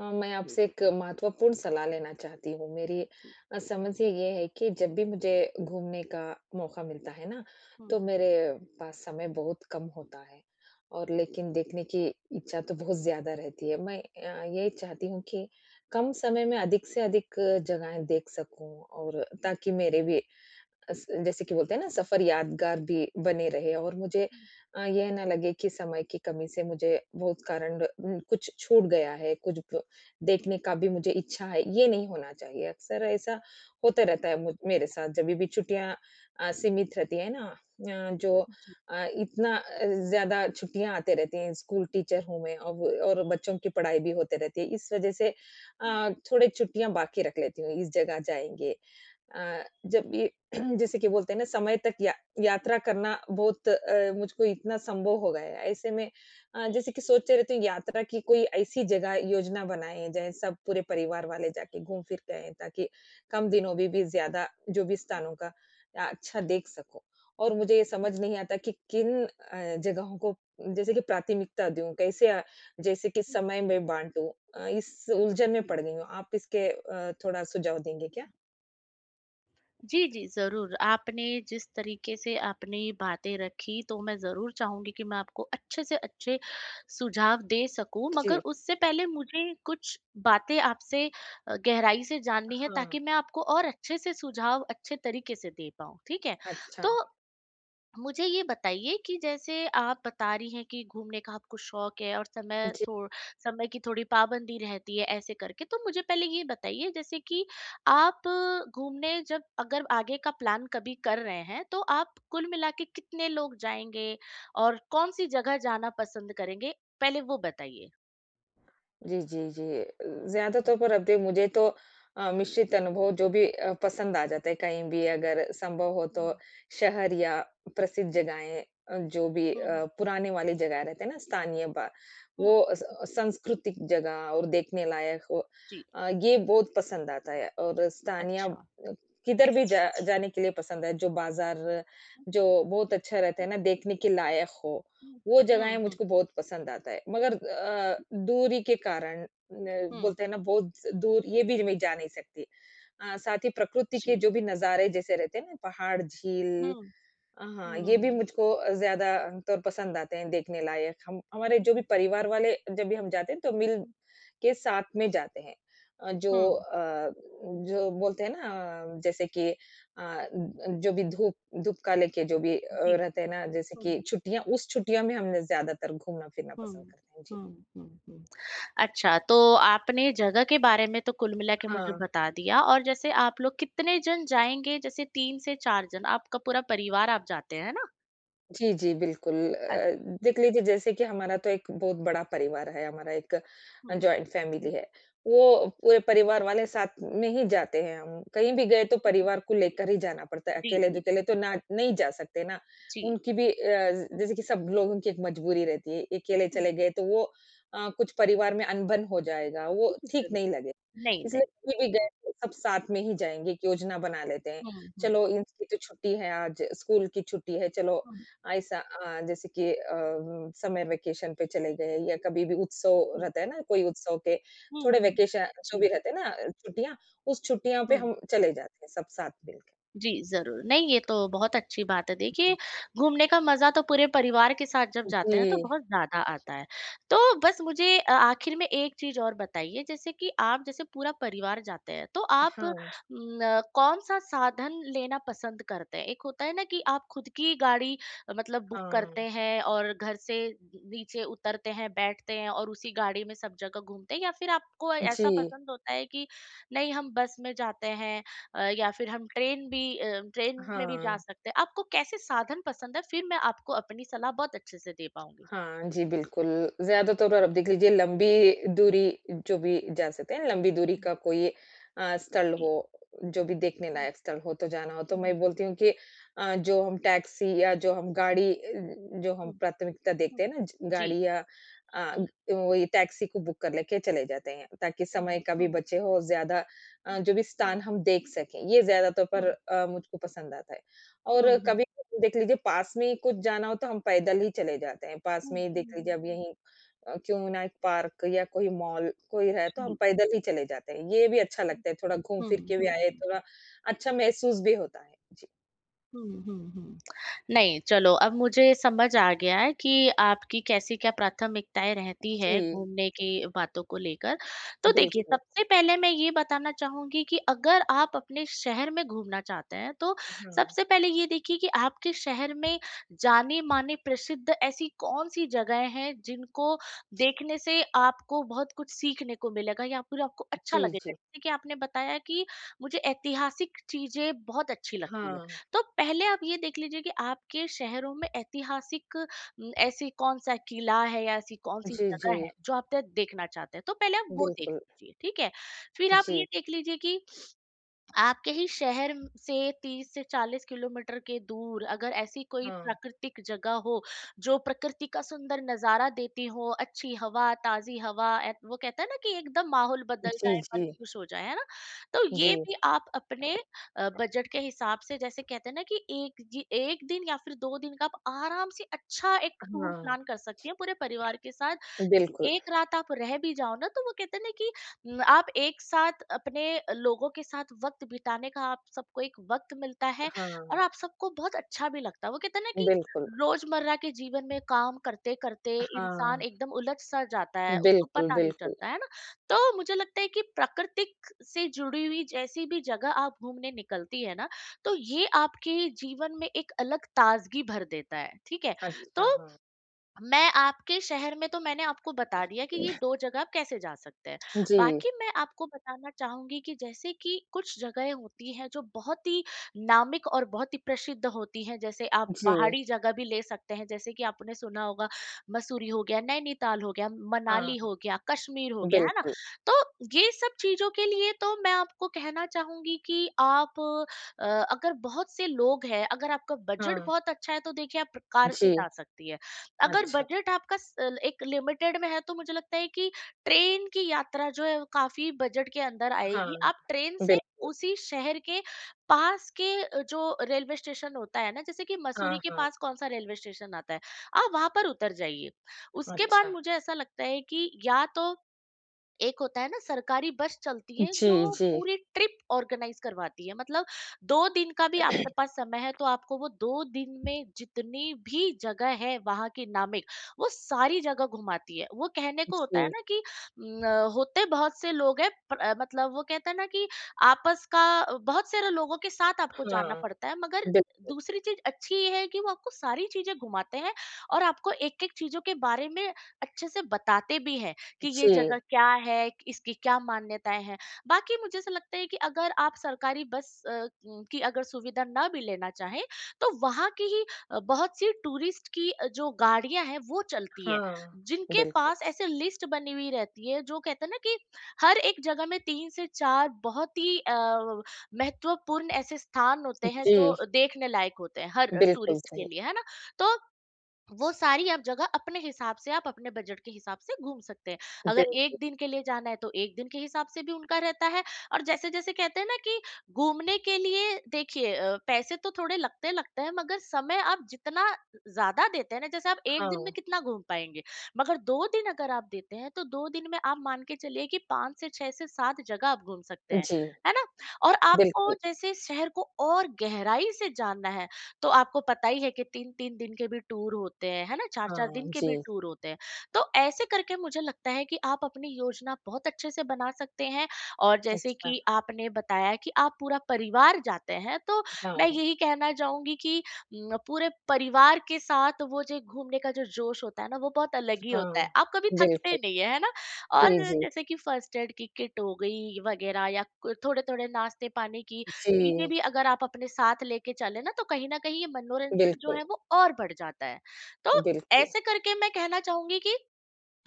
मैं जी। आपसे एक महत्वपूर्ण सलाह लेना चाहती हूँ। मेरी जी। समझ ही ये है कि जब भी मुझे घूमने का मौका मिलता है ना, हुँ, तो मेरे पास समय बहुत कम होता है और लेकिन देखने की इच्छा तो बहुत ज़्यादा रहती है। मैं ये चाहती हूँ कि कम समय में अधिक से अधिक जगहें देख सकूँ और ताकि मेरे भी अस जैसे कि बोलते हैं ना सफर यादगार भी बने रहे और मुझे हुँ, ये ना लगे कि समय की कमी से मुझे बहुत कारण कुछ छूट गया है, कुछ ब देखने हुँ, का भी मुझे इच्छा है, ये नहीं होना चाहिए। अक्सर ऐसा होता रहता है मुझ मेरे साथ जभी भी छुट्टियाँ हुँ, सीमित रहती है ना जो इतना ज़्यादा छुट्टियाँ आते रहती हैं, स्कूल टीचर हूँ मैं अब और बच्चों की पढ़ाई भी होते रहती है। इस वजह से हुँ, थोड़े छुट्टियाँ बाकी रख लेती हूँ, इस जगह जाएँगे जब ये जैसे कि बोलते हैं ना समय तक या यात्रा करना बहुत मुझको इतना संभव हो गया है। ऐसे में जैसे कि सोचते रहती हूँ यात्रा की कोई ऐसी जगह योजना बनाएँ जहाँ सब पूरे परिवार वाले जाके घूम फिर के आएँ ताकि कम दिनों में भी ज़्यादा जो भी हुँ, स्थानों का अच्छा देख सको। और मुझे ये हुँ, समझ नहीं आता कि किन जगहों को जैसे कि प्राथमिकता दूँ, कैसे जैसे कि हुँ, समय में बाँटूँ? इस उलझन में हुँ। पड़ गई हूँ। आप इसके थोड़ा सुझाव देंगे क्या? जी, जी, ज़रूर। आपने जिस तरीके से आपने ये बातें रखी, तो मैं ज़रूर चाहूँगी कि मैं आपको अच्छे से अच्छे सुझाव दे सकूँ, मगर जी। उससे पहले मुझे कुछ बातें आपसे गहराई से जाननी है, हाँ, ताकि मैं आपको और अच्छे से सुझाव अच्छे तरीके से दे पाऊँ, ठीक है? अच्छा। तो मुझे ये बताइए कि जैसे आप बता रही हैं कि घूमने का आपको शौक है और जी, समय की थोड़ी पाबंदी रहती है, ऐसे करके। तो मुझे पहले ये बताइए, जैसे कि आप घूमने जब अगर आगे का प्लान कभी कर रहे हैं, तो आप कुल मिला के कितने लोग जाएंगे और कौन सी जगह जाना पसंद करेंगे, पहले वो बताइए। जी। ज़्यादा तौर पर अब दे मुझे तो मिश्रित अनुभव जो भी पसंद आ जाता है कहीं भी अगर संभव हो तो हम्म। शहर या प्रसिद्ध जगहें जो भी हम्म। पुराने वाली जगह रहते हैं ना स्थानीय बा वो हम्म, स सांस्कृतिक जगह और देखने लायक हो। जी। ये बहुत पसंद आता है और स्थानीय अच्छा। किधर भी जा जाने के लिए पसंद है जो बाज़ार हम्म। जो बहुत अच्छा रहता है ना देखने के लायक हो। हम्म। वो जगहें हम्म। मुझको बहुत पसंद आता है मगर दूरी के कारण न हम्म, बोलते हैं ना बहुत दूर ये भी मैं जा नहीं सकती। साथ ही प्रकृति के जी। जो भी नज़ारे जैसे रहते हैं ना पहाड़, झील हम्म। हाँ, ये भी हम्म। मुझको ज़्यादा तौर पसंद आते हैं देखने लायक। हम हमारे जो भी हम्म। परिवार वाले जब भी हम जाते हैं तो मिल के साथ में जाते हैं। जो हम्म। जो बोलते हैं ना जैसे कि जो भी धूप धूप का लेके जो भी जी। रहते हैं ना जैसे हुँ, कि छुट्टियाँ उस छुट्टियों में हमने ज़्यादातर घूमना-फिरना हुँ, पसंद करते हैं। जी। हुँ, हुँ, हुँ। अच्छा, तो आपने जगह के बारे में तो कुल मिला के मुझे हाँ। बता दिया। और जैसे आप लोग कितने जन जाएँगे? जैसे 3 से 4 जन, आपका पूरा परिवार आप जाते हैं, है ना? जी, जी, बिल्कुल। अच देख लीजिए जैसे कि हमारा तो एक बहुत बड़ा परिवार है, हमारा एक हुँ, जॉइंट फैमिली हुँ, है। वो पूरे परिवार वाले साथ में ही जाते हैं हम। कहीं भी गए तो हुँ। परिवार को लेकर ही जाना पड़ता है, जी, जी, अकेले-दुकेले तो ना नहीं जा सकते ना। जी। उनकी भी हुँ, जैसे कि सब लोगों की एक मजबूरी रहती है, हुँ, अकेले हुँ, चले गए तो वो कुछ परिवार में अनबन हो जाएगा, वो ठीक ज़रूर। नहीं लगेगा। नहीं, इसलिए नहीं। कहीं भी गए तो सब साथ में ही जाएँगे, एक योजना बना लेते हैं। हुँ, हुँ, चलो इनकी तो छुट्टी है आज, स्कूल की छुट्टी है, चलो हुँ, ऐसा जैसे कि समर वेकेशन पे चले गए या कभी भी उत्सव हुँ, रहता है ना, कोई उत्सव के हुँ, थोड़े हुँ। वेकेशन जो भी जी, रहते हैं ना छुट्टियाँ, उस छुट्टियों पे हुँ। हम चले जाते हैं सब साथ मिलके। जी, ज़रूर। नहीं, ये तो बहुत अच्छी बात है। देखिए, घूमने का मज़ा तो पूरे परिवार के साथ जब जाते जी। हैं, तो बहुत ज़्यादा आता है। तो बस मुझे आखिर में एक चीज़ और बताइए, जैसे कि आप जैसे पूरा परिवार जाते हैं, तो आप हाँ, न कौन-सा साधन लेना पसंद करते हैं? एक होता है ना, कि आप खुद की गाड़ी मतलब बुक हाँ। करते हैं और घर से नीचे उतरते हैं, बैठते हैं और उसी गाड़ी में सब जगह घूमते हैं, या फिर आपको जी, ऐसा पसंद होता है कि नहीं, हम बस में जाते हैं, या फिर हम ट्रेन भी अ, ट्रेन में भी जा हाँ। सकते हैं। आपको कैसे साधन पसंद है? फिर मैं आपको अपनी सलाह बहुत अच्छे से दे पाऊँगी। हाँ जी, बिल्कुल। ज़्यादातर और आप देख लीजिए लंबी दूरी जो भी जा सकते हैं, लंबी दूरी हुँ। का कोई स्थल हो, जी। जो भी देखने हुँ, लायक स्थल हो तो जाना हो, तो हुँ, हुँ, मैं बोलती हूँ कि जो हम टैक्सी या जो हम गाड़ी जो हम हुँ, प्राथमिकता हुँ। देखते हैं ना ज जी। गाड़ी या अ, हुँ, ग- वही टैक्सी को बुक कर लेके चले जाते हैं, ताकि समय हुँ, का भी हुँ, बचे हो और ज़्यादा हुँ, जो भी हुँ, स्थान हम देख सकें। ये ज़्यादातर हुँ, पर मुझको पसंद आता है। हुँ, और हुँ, कभी देख लीजिए पास में ही कुछ जाना हो तो हम पैदल ही चले जाते हैं, पास हुँ, में ही देख हुँ, हुँ, लीजिए अब यहीं क्यों ना एक पार्क या कोई मॉल कोई है तो हम जी। पैदल ही चले जाते हैं, ये भी अच्छा लगता है थोड़ा घूम फिर हुँ, के भी हुँ, आए, हुँ। थोड़ा अच्छा महसूस भी होता है। जी, हुँ, हुँ, हुँ। नहीं, चलो अब मुझे समझ आ गया है कि आपकी कैसी क्या प्राथमिकताएँ रहती है जी, घूमने की बातों को लेकर। तो देखिए, बिल्कुल। सबसे पहले मैं ये बताना चाहूँगी कि अगर आप अपने शहर में घूमना चाहते हैं, तो हाँ, सबसे पहले ये देखिए कि आपके शहर में जाने-माने प्रसिद्ध ऐसी कौन-सी जगहें हैं, जिनको देखने से आपको बहुत कुछ सीखने को मिलेगा या फिर आपको अच्छा जी, लगेगा। जी, जैसे कि आपने बताया कि मुझे ऐतिहासिक चीज़ें बहुत अच्छी लगती है। हाँ, तो पहले आप ये देख लीजिए कि आपके शहरों में ऐतिहासिक न, ऐसी कौन सा किला है या ऐसी कौन सी जी, जगह जी, है जो आप देखना चाहते हैं, तो पहले आप वो देख बिल्कुल, लीजिए, ठीक है। फिर आप जी, ये देख लीजिए कि आपके ही शहर से 30 से 40 किलोमीटर के दूर अगर ऐसी कोई हाँ, प्राकृतिक जगह हो, जो प्रकृति का सुंदर नजारा देती हो, अच्छी हवा, ताजी हवा। वो कहता है ना कि एकदम माहौल बदल जी, जाए, मन जी, खुश हो जाए, है ना? तो ये जी, भी आप अपने बजट के हिसाब से, जैसे कहते हैं ना, कि एक दिन या फिर दो दिन का आप आराम से अच्छा एक टूर हाँ, प्लान कर सकती हैं पूरे परिवार के साथ। बिल्कुल, एक रात आप रह भी जाओ ना, तो वो कहते हैं ना कि आप एक साथ अपने लोगों के साथ वक्त बिताने का आप सबको एक वक्त मिलता है हाँ, और आप सबको बहुत अच्छा भी लगता है। वो कहते हैं ना कि बिल्कुल, रोजमर्रा के जीवन में काम करते करते हाँ, इंसान एकदम उलझ सा जाता है, उसको बिल्कुल, पता नहीं बिल्कुल, चलता है ना। तो मुझे लगता है कि प्राकृतिक से जुड़ी हुई जैसी भी जगह आप घूमने निकलती है ना, तो ये आपके जीवन में एक अलग ताजगी भर देता है, ठीक है। तो अच्छा, हाँ, मैं आपके शहर में तो मैंने आपको बता दिया कि ये 2 जगह आप कैसे जा सकते हैं। जी। बाकी मैं आपको बताना चाहूँगी कि जैसे कि कुछ जगहें होती हैं जो बहुत ही नामिक और बहुत ही प्रसिद्ध होती हैं। जैसे आप जी। पहाड़ी जगह भी ले सकते हैं। जैसे कि आपने सुना होगा, मसूरी हो गया, नैनीताल हो गया, मनाली हाँ। हो गया, कश्मीर हो गया, है ना? बिल्कुल। तो ये सब चीज़ों के लिए तो मैं आपको कहना चाहूँगी कि आप अगर बहुत से लोग हैं, अगर आपका बजट हाँ। बहुत अच्छा है, तो देखिए, आप कार से जी, जा सकती है। अगर अच्छा। बजट आपका एक लिमिटेड में है, तो मुझे लगता है कि ट्रेन की यात्रा जो है वो काफी बजट के अंदर आएगी। हाँ। आप ट्रेन से बिल्कुल। उसी शहर के पास के जो रेलवे स्टेशन होता है ना, जैसे कि हाँ, मसूरी के हाँ। पास कौन सा रेलवे स्टेशन आता है, आप वहां पर उतर जाइए। उसके बाद अच्छा। मुझे ऐसा लगता है कि या तो एक होता है ना, सरकारी बस चलती है जी, जो जी, पूरी ट्रिप ऑर्गेनाइज करवाती है। मतलब दो दिन का भी आपके पास समय है, तो आपको वो दो दिन में जितनी भी जगह है वहां की नामिक, वो सारी जगह घुमाती है। वो कहने को होता जी। है ना कि न, होते बहुत से लोग हैं पर, मतलब वो कहता है ना कि आपस का, बहुत सारे लोगों के साथ आपको जाना हाँ। पड़ता है, मगर बिल दूसरी चीज अच्छी ये है कि वो आपको सारी चीजें घुमाते हैं और आपको एक एक चीजों के बारे में अच्छे से बताते भी हैं कि जी। ये जगह क्या है, इसकी क्या मान्यताएँ हैं। बाकी मुझे ऐसा लगता है कि अगर आप सरकारी बस की अगर सुविधा ना भी लेना चाहें, तो वहाँ की ही बहुत सी टूरिस्ट की जो गाड़ियाँ हैं वो चलती हैं, हाँ। जिनके बिल्कुल। पास ऐसे लिस्ट बनी हुई रहती है, जो कहते हैं ना कि हर एक जगह में 3 से 4 बहुत ही महत्वपूर्ण ऐसे स्थान होते हैं जी, जो देखने लायक होते हैं, हर बिल्कुल टूरिस्ट के सही। लिए, है ना? तो वो सारी आप जगह अपने हिसाब से, आप अपने बजट के हिसाब से घूम सकते हैं। अगर बिल एक दिन के लिए जाना है, तो एक दिन के हिसाब से भी उनका रहता है। और जैसे जैसे कहते हैं ना कि घूमने के लिए देखिए, पैसे तो थोड़े लगते लगते हैं, मगर समय आप जितना ज्यादा देते हैं ना, जैसे आप एक दिन हाँ। में कितना घूम पाएंगे, मगर दो दिन अगर आप देते हैं, तो दो दिन में आप मान के चलिए कि पाँच से छह से सात जगह आप घूम सकते हैं, जी, है ना। और आपको बिल्कुल। जैसे शहर को और गहराई से जानना है, तो आपको पता ही है कि 3-3 दिन के भी टूर होते हैं, है ना? 4-4 हाँ। दिन के जी, भी टूर होते हैं। तो ऐसे करके मुझे लगता है कि आप अपनी योजना बहुत अच्छे से बना सकते हैं। और जैसे अच्छा। कि आपने बताया कि आप पूरा परिवार जाते हैं, तो हाँ, मैं यही कहना चाहूँगी कि पूरे परिवार के साथ वो जो घूमने का जो जोश होता है ना, वो बहुत अलग ही हाँ। होता है। आप कभी थकते बिल्कुल। नहीं है, है ना? और जी, जी, जैसे कि फर्स्ट एड की किट हो गई वगैरह, या क थोड़े-थोड़े नाश्ते-पानी की जी। चीजें भी अगर आप अपने साथ लेके चले ना, तो कहीं ना कहीं ये मनोरंजन जो बिल्कुल, है वो और बढ़ जाता है। तो बिल्कुल। ऐसे करके मैं कहना चाहूंगी कि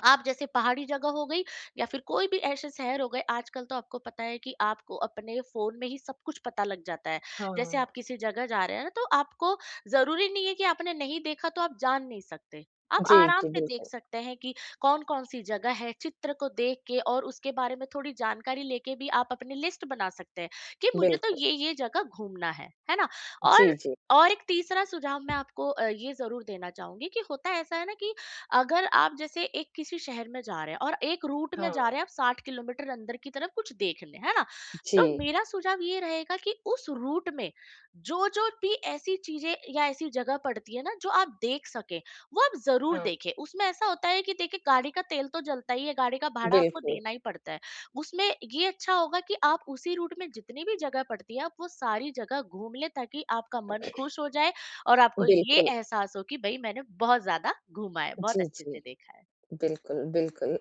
आप जैसे पहाड़ी जगह हो गई या फिर कोई भी ऐसे शहर हो गए, आजकल तो आपको पता है कि आपको अपने फोन में ही सब कुछ पता लग जाता है। जैसे हाँ। आप किसी जगह जा रहे हैं ना, तो आपको जरूरी नहीं है कि आपने नहीं देखा तो आप जान नहीं सकते। आप जी, आराम जी, से देख बिल्कुल, सकते हैं कि कौन कौन सी जगह है, चित्र को देख के और उसके बारे में थोड़ी जानकारी लेके भी आप अपनी लिस्ट बना सकते हैं, कि मुझे तो बिल्कुल। ये जगह घूमना है ना। जी, और जी। और एक तीसरा सुझाव मैं आपको ये जरूर देना चाहूंगी कि होता ऐसा है ना, कि अगर आप जैसे एक किसी शहर में जा रहे हैं और एक रूट में जा हाँ। रहे हैं, आप 60 किलोमीटर अंदर की तरफ कुछ देख लें, है ना। जी। तो मेरा सुझाव ये रहेगा कि उस रूट में जो जो भी ऐसी चीजें या ऐसी जगह पड़ती है ना, जो आप देख सके, वो आप जरूर हाँ। देखें। उसमें ऐसा होता है कि देखिए, गाड़ी का तेल तो जलता ही है, गाड़ी का भाड़ा आपको बिल्कुल, देना ही पड़ता है। उसमें ये अच्छा होगा कि आप उसी रूट में जितनी भी जगह पड़ती है, आप वो सारी जगह घूम लें, ताकि आपका मन खुश हो जाए और आपको ये बिल्कुल। एहसास हो कि भई मैंने बहुत ज़्यादा घूमा है, बहुत जी, अच्छे जी। से देखा है। बिल्कुल, बिल्कुल।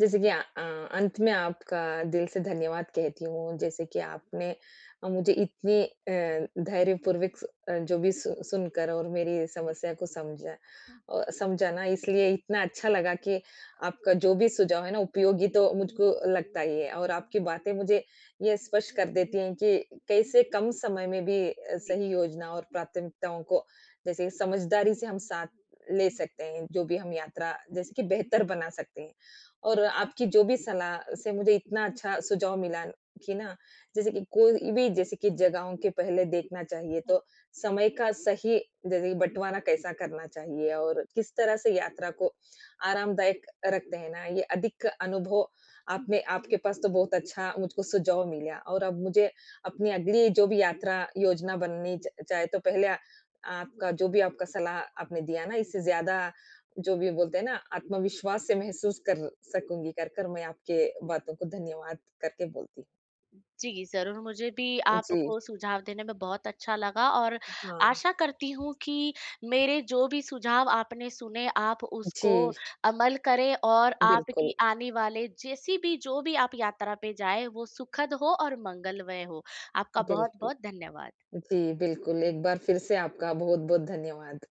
जैसे कि अंत में आपका दिल से धन्यवाद कहती हूँ, जैसे कि आपने मुझे इतनी धैर्यपूर्वक स जो भी सु सुनकर और मेरी जी। समस्या को समझा हुँ, समझा ना इसलिए इतना अच्छा लगा कि आपका जो भी सुझाव है ना उपयोगी तो मुझको लगता ही है और आपकी हुँ, बातें मुझे ये स्पष्ट कर देती हैं कि कैसे कम समय में भी जी। सही योजना और प्राथमिकताओं को जैसे समझदारी से हम साथ ले सकते हैं, जो भी हम यात्रा जैसे कि बेहतर बना सकते हैं। और आपकी जो भी सलाह से मुझे इतना अच्छा सुझाव मिला कि ना जैसे कि कोई भी जैसे कि जगहों के पहले देखना चाहिए तो हुँ। समय का सही जैसे बँटवारा कैसा करना चाहिए और किस तरह से यात्रा को आरामदायक रखते हैं ना, ये अधिक अनुभव आप में आपके पास तो बहुत अच्छा मुझको सुझाव मिला और अब मुझे अपनी अगली जो भी यात्रा योजना बननी च चाहे तो पहले आपका जो भी आपका सलाह आपने दिया ना इससे ज़्यादा जो भी बोलते हैं ना आत्मविश्वास से महसूस कर सकूँगी कर कर मैं आपके बातों को धन्यवाद करके बोलती जी, ज़रूर, मुझे भी हूँ। जी, आपको सुझाव देने में बहुत अच्छा लगा। और हाँ। आशा करती हूँ कि मेरे जो भी सुझाव आपने सुने, आप उसको जी, अमल करें, और बिल्कुल, आपकी आने वाले जैसी भी जो भी आप यात्रा पे जाएँ, वो सुखद हो और मंगलमय हो। आपका बिल्कुल। बहुत-बहुत धन्यवाद। जी, बिल्कुल एक बार फिर से आपका बहुत-बहुत धन्यवाद।